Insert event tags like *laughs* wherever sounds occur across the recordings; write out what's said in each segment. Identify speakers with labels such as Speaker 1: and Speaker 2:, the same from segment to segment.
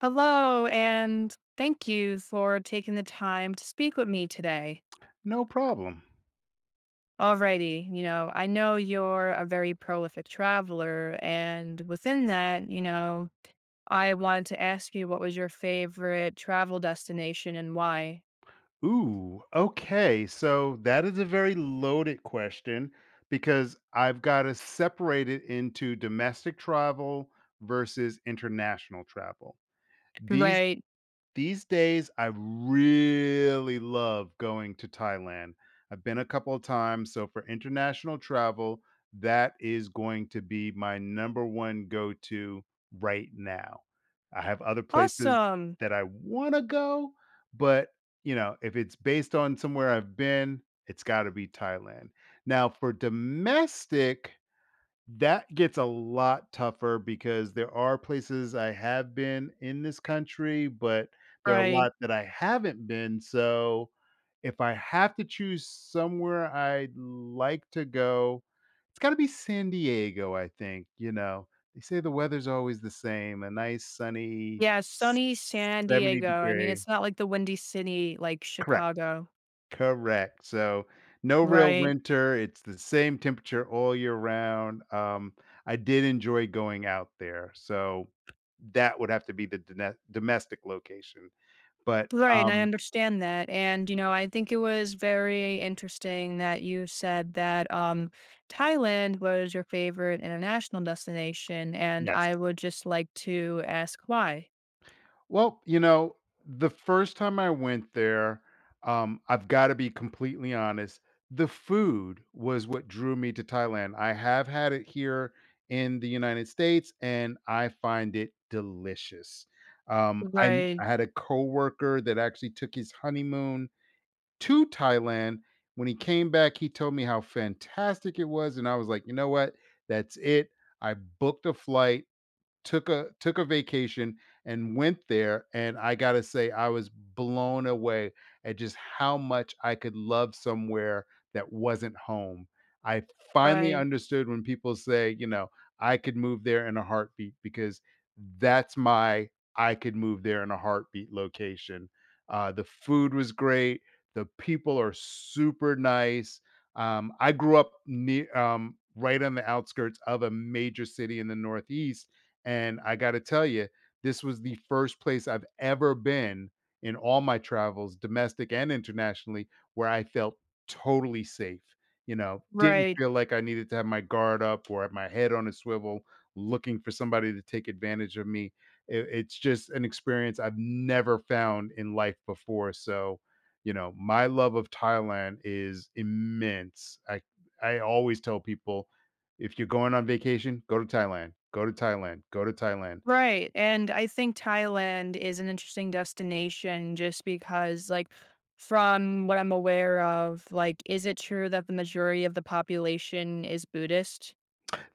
Speaker 1: Hello, and thank you for taking the time to speak with me today.
Speaker 2: No problem.
Speaker 1: Alrighty, I know you're a very prolific traveler, and within that, I wanted to ask you what was your favorite travel destination and why?
Speaker 2: Ooh, okay. So that is a very loaded question because I've got to separate it into domestic travel versus international travel. These
Speaker 1: Right.
Speaker 2: These days, I really love going to Thailand. I've been a couple of times, so for international travel, that is going to be my number one go-to right now. I have other places
Speaker 1: Awesome.
Speaker 2: that I wanna go, but, you know, if it's based on somewhere I've been, it's gotta be Thailand. Now for domestic, that gets a lot tougher because there are places I have been in this country, but there are a
Speaker 1: Right.
Speaker 2: lot that I haven't been, so if I have to choose somewhere I'd like to go, it's gotta be San Diego, I think, you know? They say the weather's always the same, a nice sunny
Speaker 1: Yeah, sunny San
Speaker 2: 70
Speaker 1: Diego. I mean,
Speaker 2: degree—
Speaker 1: it's not like the windy city like
Speaker 2: Correct.
Speaker 1: Chicago.
Speaker 2: Correct. So, no real
Speaker 1: Right.
Speaker 2: winter. It's the same temperature all year round. I did enjoy going out there, so that would have to be the done domestic location. But,
Speaker 1: Right, and I understand that. And, you know, I think it was very interesting that you said that Thailand was your favorite international destination. And
Speaker 2: yes.
Speaker 1: I would just like to ask why.
Speaker 2: Well, you know, the first time I went there, I've got to be completely honest. The food was what drew me to Thailand. I have had it here in the United States, and I find it delicious. Um, I
Speaker 1: Right,
Speaker 2: I had a coworker that actually took his honeymoon to Thailand. When he came back, he told me how fantastic it was, and I was like, you know what? That's it. I booked a flight, took a vacation, and went there, and I got to say I was blown away at just how much I could love somewhere that wasn't home. I finally
Speaker 1: right,
Speaker 2: understood when people say, you know, I could move there in a heartbeat, because that's my "I could move there in a heartbeat" location. The food was great, the people are super nice. I grew up near, right on the outskirts of a major city in the Northeast, and I got to tell you, this was the first place I've ever been in all my travels, domestic and internationally, where I felt totally safe. You know, didn't
Speaker 1: right,
Speaker 2: feel like I needed to have my guard up or have my head on a swivel looking for somebody to take advantage of me. It's just an experience I've never found in life before. So, you know, my love of Thailand is immense. I always tell people, if you're going on vacation, go to Thailand, go to Thailand, go to Thailand.
Speaker 1: right. And I think Thailand is an interesting destination just because, like, from what I'm aware of, like, is it true that the majority of the population is Buddhist?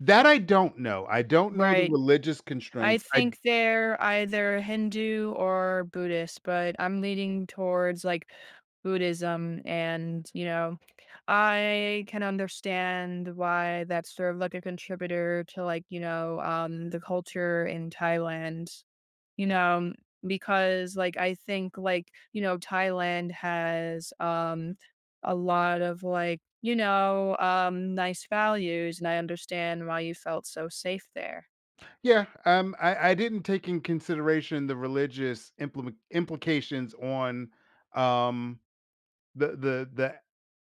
Speaker 2: That I don't know. I don't know the
Speaker 1: Right.
Speaker 2: religious
Speaker 1: I
Speaker 2: constraints. I—
Speaker 1: think they're either Hindu or Buddhist, but I'm leaning towards, like, Buddhism and, you know, I can understand why that's sort of, like, a contributor to, like, the culture in Thailand, you know, because, like, I think, like, you know, Thailand has, a lot of, like, nice values, and I understand why you felt so safe there.
Speaker 2: yeah, um, I didn't take in consideration the religious implement implications on, um, the the the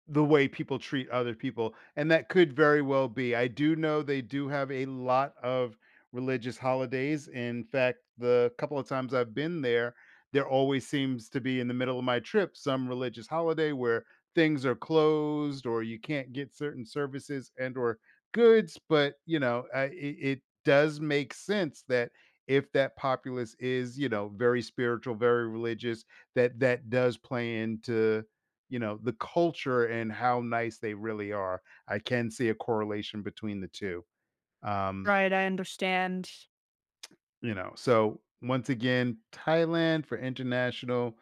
Speaker 2: the way people treat other people, and that could very well be. I do know they do have a lot of religious holidays. In fact, the couple of times I've been there, there always seems to be in the middle of my trip some religious holiday where things are closed or you can't get certain services and or goods. But, you know, I it does make sense that if that populace is, you know, very spiritual, very religious, that that does play into, you know, the culture and how nice they really are. I can see a correlation between the two. Um,
Speaker 1: Right, I understand.
Speaker 2: you know, so once again, Thailand for international.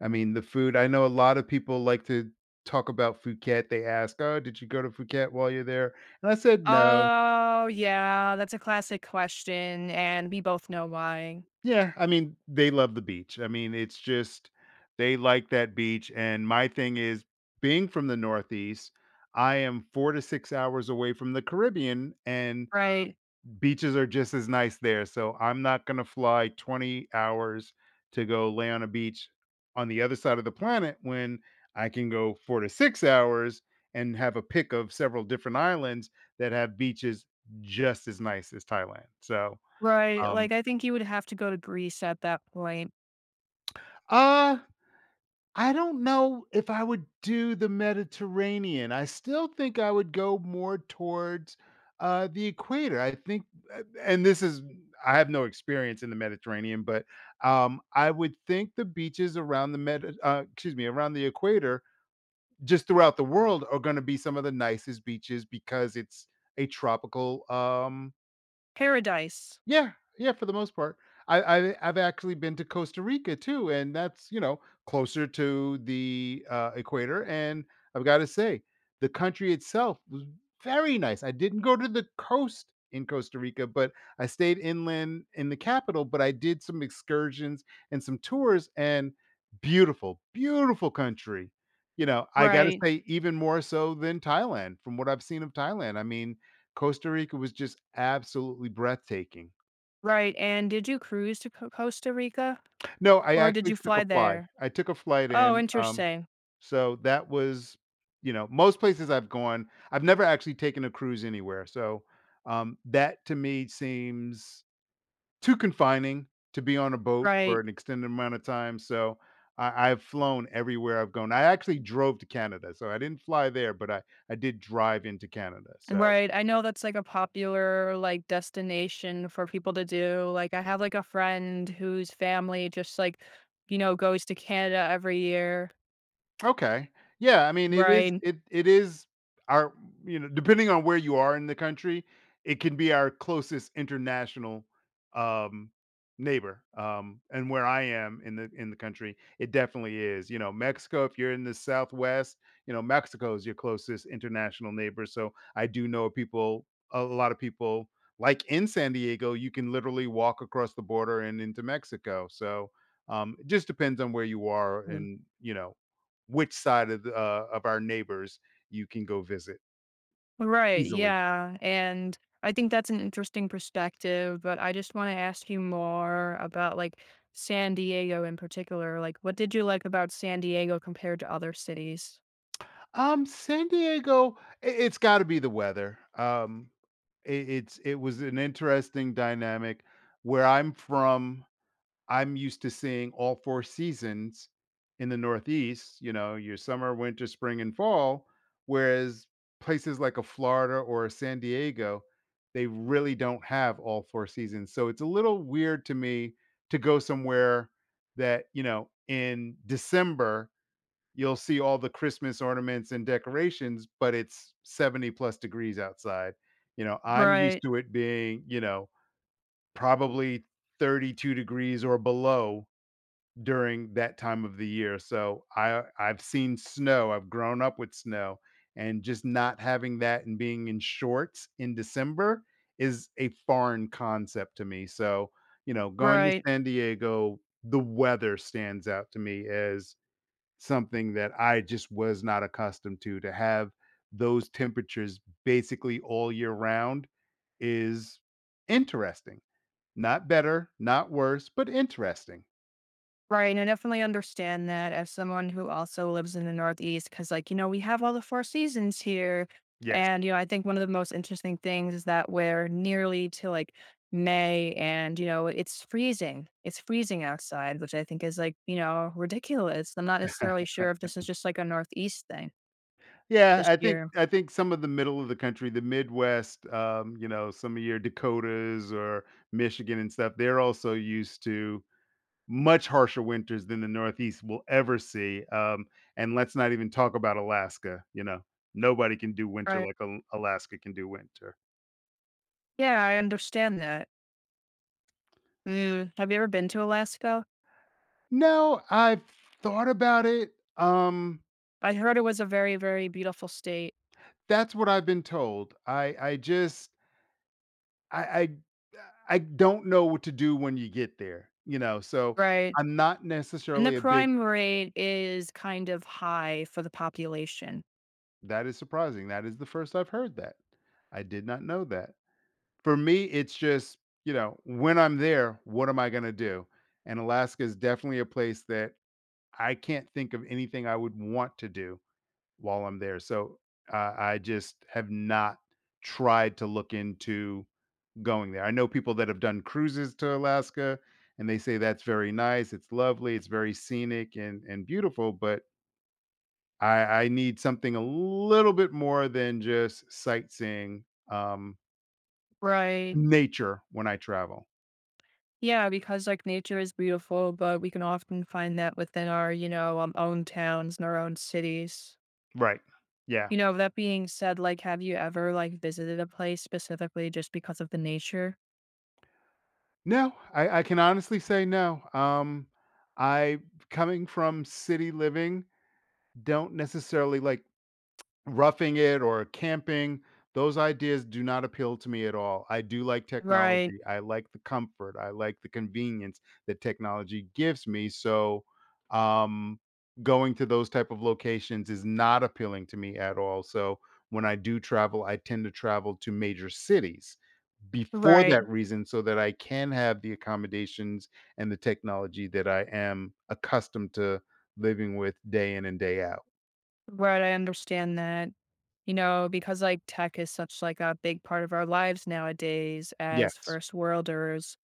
Speaker 2: I mean, the food— I know a lot of people like to talk about Phuket. They ask, "Oh, did you go to Phuket while you're there?" And I said, "No."
Speaker 1: Oh, yeah, that's a classic question, and we both know why.
Speaker 2: Yeah, I mean, they love the beach. I mean, it's just they like that beach, and my thing is, being from the Northeast, I am 4 to 6 hours away from the Caribbean, and
Speaker 1: Right,
Speaker 2: beaches are just as nice there, so I'm not gonna fly 20 hours to go lay on a beach on the other side of the planet when I can go 4 to 6 hours and have a pick of several different islands that have beaches just as nice as Thailand. So,
Speaker 1: right,
Speaker 2: um,
Speaker 1: like, I think you would have to go to Greece at that point.
Speaker 2: uh I don't know if I would do the Mediterranean. I still think I would go more towards, the equator. I think— a and this is I have no experience in the Mediterranean, but, I would think the beaches around the med, excuse me, around the equator, just throughout the world, are gonna be some of the nicest beaches because it's a tropical,
Speaker 1: Paradise.
Speaker 2: yeah, yeah, for the most part. I I've actually been to Costa Rica too, and that's, you know, closer to the, equator, and I've gotta say, the country itself was very nice. I didn't go to the coast in Costa Rica, but I stayed inland in the capital. But I did some excursions and some tours, and beautiful, beautiful country. You know, I gotta
Speaker 1: Right,
Speaker 2: say even more so than Thailand, from what I've seen of Thailand. I mean, Costa Rica was just absolutely breathtaking.
Speaker 1: right, and did you cruise to Co Costa Rica,
Speaker 2: No, I
Speaker 1: or did
Speaker 2: actually
Speaker 1: you
Speaker 2: took a
Speaker 1: fly
Speaker 2: fly.
Speaker 1: there?
Speaker 2: I took a flight
Speaker 1: Oh,
Speaker 2: in,
Speaker 1: interesting.
Speaker 2: so that was— you know, most places I've gone, I've never actually taken a cruise anywhere, so, that to me seems too confining to be on a boat for
Speaker 1: Right,
Speaker 2: an extended amount of time. So I've flown everywhere I've gone. I actually drove to Canada, so I didn't fly there, but I did drive into Canada, so—
Speaker 1: right, I know that's, like, a popular, like, destination for people to do, like, I have, like, a friend whose family just, like, you know, goes to Canada every year.
Speaker 2: Okay. Yeah, I mean, it is
Speaker 1: Right.
Speaker 2: it it is our— you know, depending on where you are in the country, it can be our closest international, um, neighbor. And where I am in the country, it definitely is. You know, Mexico, if you're in the Southwest, you know, Mexico is your closest international neighbor. So I do know people— a lot of people— like in San Diego, you can literally walk across the border and into Mexico. So, it just depends on where you are
Speaker 1: Mm.
Speaker 2: and, you know, which side of the, of our neighbors you can go visit
Speaker 1: Right.
Speaker 2: easily.
Speaker 1: Yeah. And I think that's an interesting perspective, but I just want to ask you more about like San Diego in particular. Like, what did you like about San Diego compared to other cities?
Speaker 2: San Diego, I it's gotta be the weather. I it's— it was an interesting dynamic. Where I'm from, I'm used to seeing all 4 seasons in the Northeast, you know, your summer, winter, spring, and fall, whereas places like a Florida or a San Diego, they really don't have all 4 seasons, so it's a little weird to me to go somewhere that, you know, in December, you'll see all the Christmas ornaments and decorations, but it's 70 plus degrees outside. You know, I'm used
Speaker 1: Right.
Speaker 2: to it being, you know, probably 32 degrees or below during that time of the year. So I've seen snow. I've grown up with snow, and just not having that and being in shorts in December is a foreign concept to me. So, you know, going to
Speaker 1: Right.
Speaker 2: San Diego, the weather stands out to me as something that I just was not accustomed to have those temperatures basically all year round is interesting. Not better, not worse, but interesting.
Speaker 1: Right, and I definitely understand that as someone who also lives in the Northeast, because, like, you know, we have all the four seasons here.
Speaker 2: Yes.
Speaker 1: And, you know, I think one of the most interesting things is that we're nearly to like May and, you know, it's freezing. It's freezing outside, which I think is like, you know, ridiculous. I'm not necessarily sure if this is just like a Northeast thing
Speaker 2: Yeah,
Speaker 1: this
Speaker 2: I think
Speaker 1: year.
Speaker 2: I think some of the middle of the country, the Midwest, you know, some of your Dakotas or Michigan and stuff, they're also used to much harsher winters than the Northeast will ever see. And let's not even talk about Alaska. You know, nobody can do winter
Speaker 1: Right.
Speaker 2: like Alaska can do winter.
Speaker 1: Yeah, I understand that. Mm. Have you ever been to Alaska?
Speaker 2: No, I've thought about it. Um,
Speaker 1: I heard it was a very, very beautiful state.
Speaker 2: that's what I've been told. I just I I I don't know what to do when you get there, you know, so
Speaker 1: Right.
Speaker 2: I'm not
Speaker 1: And the
Speaker 2: necessarily a big—
Speaker 1: crime rate is kind of high for the population.
Speaker 2: that is surprising, that is the first I've heard that. I did not know that. For me, it's just, you know, when I'm there, what am I gonna do? And Alaska is definitely a place that I can't think of anything I would want to do while I'm there. So, I just have not tried to look into going there. I know people that have done cruises to Alaska and they say that's very nice, it's lovely, it's very scenic and beautiful, but I need something a little bit more than just sightseeing, um,
Speaker 1: Right.
Speaker 2: nature when I travel.
Speaker 1: Yeah, because like nature is beautiful, but we can often find that within our, own towns and our own cities.
Speaker 2: Right. Yeah.
Speaker 1: You know, that being said, like, have you ever like visited a place specifically just because of the nature?
Speaker 2: No, I can honestly say no. I coming from city living, don't necessarily like roughing it or camping. Those ideas do not appeal to me at all. I do like
Speaker 1: Right.
Speaker 2: technology. I like the comfort. I like the convenience that technology gives me. So, um, going to those type of locations is not appealing to me at all. So, when I do travel, I tend to travel to major cities before
Speaker 1: Right.
Speaker 2: that reason so that I can have the accommodations and the technology that I am accustomed to living with day in and day out.
Speaker 1: Right, I understand that. You know, because like tech is such like a big part of our lives nowadays as
Speaker 2: Yes.
Speaker 1: first worlders.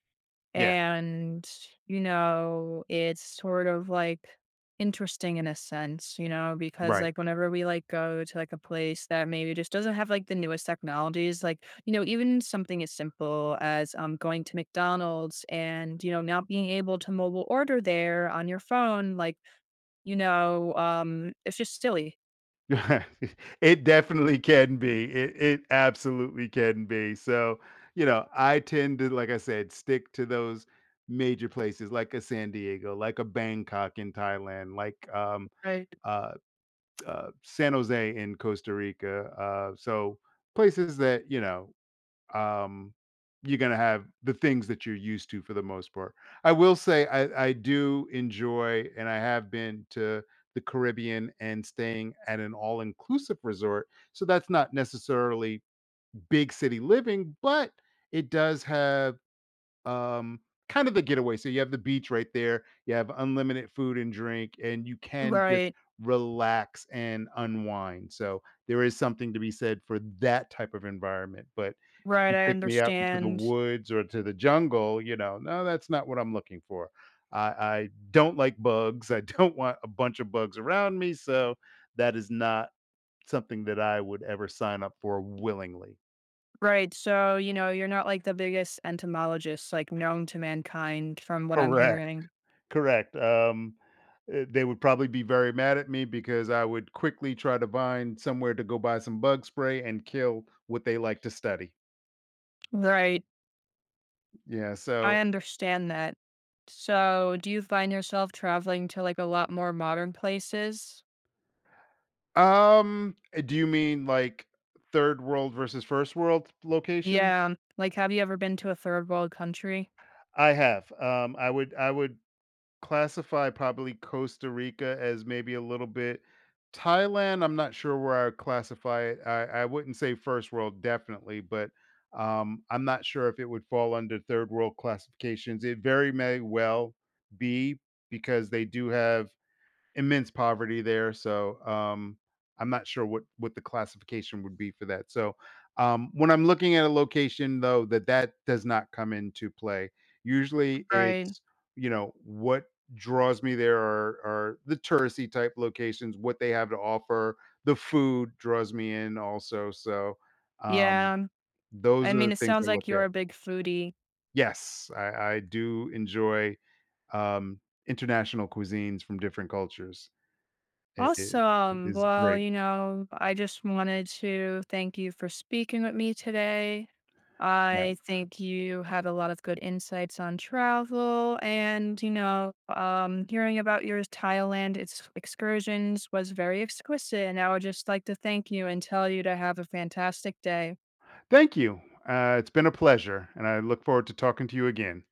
Speaker 2: Yes.
Speaker 1: And, you know, it's sort of like interesting in a sense, you know, because
Speaker 2: Right.
Speaker 1: like whenever we like go to like a place that maybe just doesn't have like the newest technologies, like, you know, even something as simple as going to McDonald's and, you know, not being able to mobile order there on your phone, like, it's just silly.
Speaker 2: *laughs* It definitely can be. It absolutely can be. So, you know, I tend to, like I said, stick to those major places like a San Diego, like a Bangkok in Thailand, like uh, San Jose in Costa Rica. So places that, you know, um, you're gonna have the things that you're used to for the most part. I will say I do enjoy, and I have been to the Caribbean and staying at an all-inclusive resort. So that's not necessarily big city living, but it does have, um, kind of the getaway. So you have the beach right there. You have unlimited food and drink, and you can just
Speaker 1: Right.
Speaker 2: relax and unwind. So there is something to be said for that type of environment. But if you
Speaker 1: Right. I
Speaker 2: take me out into the
Speaker 1: understand.
Speaker 2: woods or to the jungle, you know, no, that's not what I'm looking for. I don't like bugs. I *laughs* don't want a bunch of bugs around me. So that is not something that I would ever sign up for willingly.
Speaker 1: Right. So, you know, you're not like the biggest entomologist like known to mankind from what I'm
Speaker 2: Correct.
Speaker 1: hearing.
Speaker 2: Correct, they would probably be very mad at me because I would quickly try to find somewhere to go buy some bug spray and kill what they like to study.
Speaker 1: Right.
Speaker 2: Yeah,
Speaker 1: I
Speaker 2: so,
Speaker 1: understand that. So, do you find yourself traveling to like a lot more modern places?
Speaker 2: do you mean, like, 3rd world versus 1st world location?
Speaker 1: Yeah. Like, have you ever been to a third world country?
Speaker 2: I have, I would classify probably Costa Rica as maybe a little bit. Thailand, I'm not sure where I would classify it. I wouldn't say first world, definitely, but I'm not sure if it would fall under third world classifications. It very may well be because they do have immense poverty there. So I'm not sure what the classification would be for that. So when I'm looking at a location, though, that that does not come into play. Usually,
Speaker 1: Right.
Speaker 2: it's, you know, what draws me there are the touristy type locations, what they have to offer. The food draws me in also. So, um,
Speaker 1: Yeah.
Speaker 2: those
Speaker 1: I
Speaker 2: are
Speaker 1: mean,
Speaker 2: the
Speaker 1: it
Speaker 2: things I
Speaker 1: sounds like
Speaker 2: look at.
Speaker 1: you're a big foodie.
Speaker 2: Yes, I do enjoy, um, international cuisines from different cultures. It it it
Speaker 1: Awesome.
Speaker 2: is
Speaker 1: Well,
Speaker 2: great,
Speaker 1: you know, I just wanted to thank you for speaking with me today.
Speaker 2: right.
Speaker 1: I think you had a lot of good insights on travel and, you know, hearing about your Thailand excursions was very exquisite. And I would just like to thank you and tell you to have a fantastic day.
Speaker 2: Thank you, it's been a pleasure, and I look forward to talking to you again.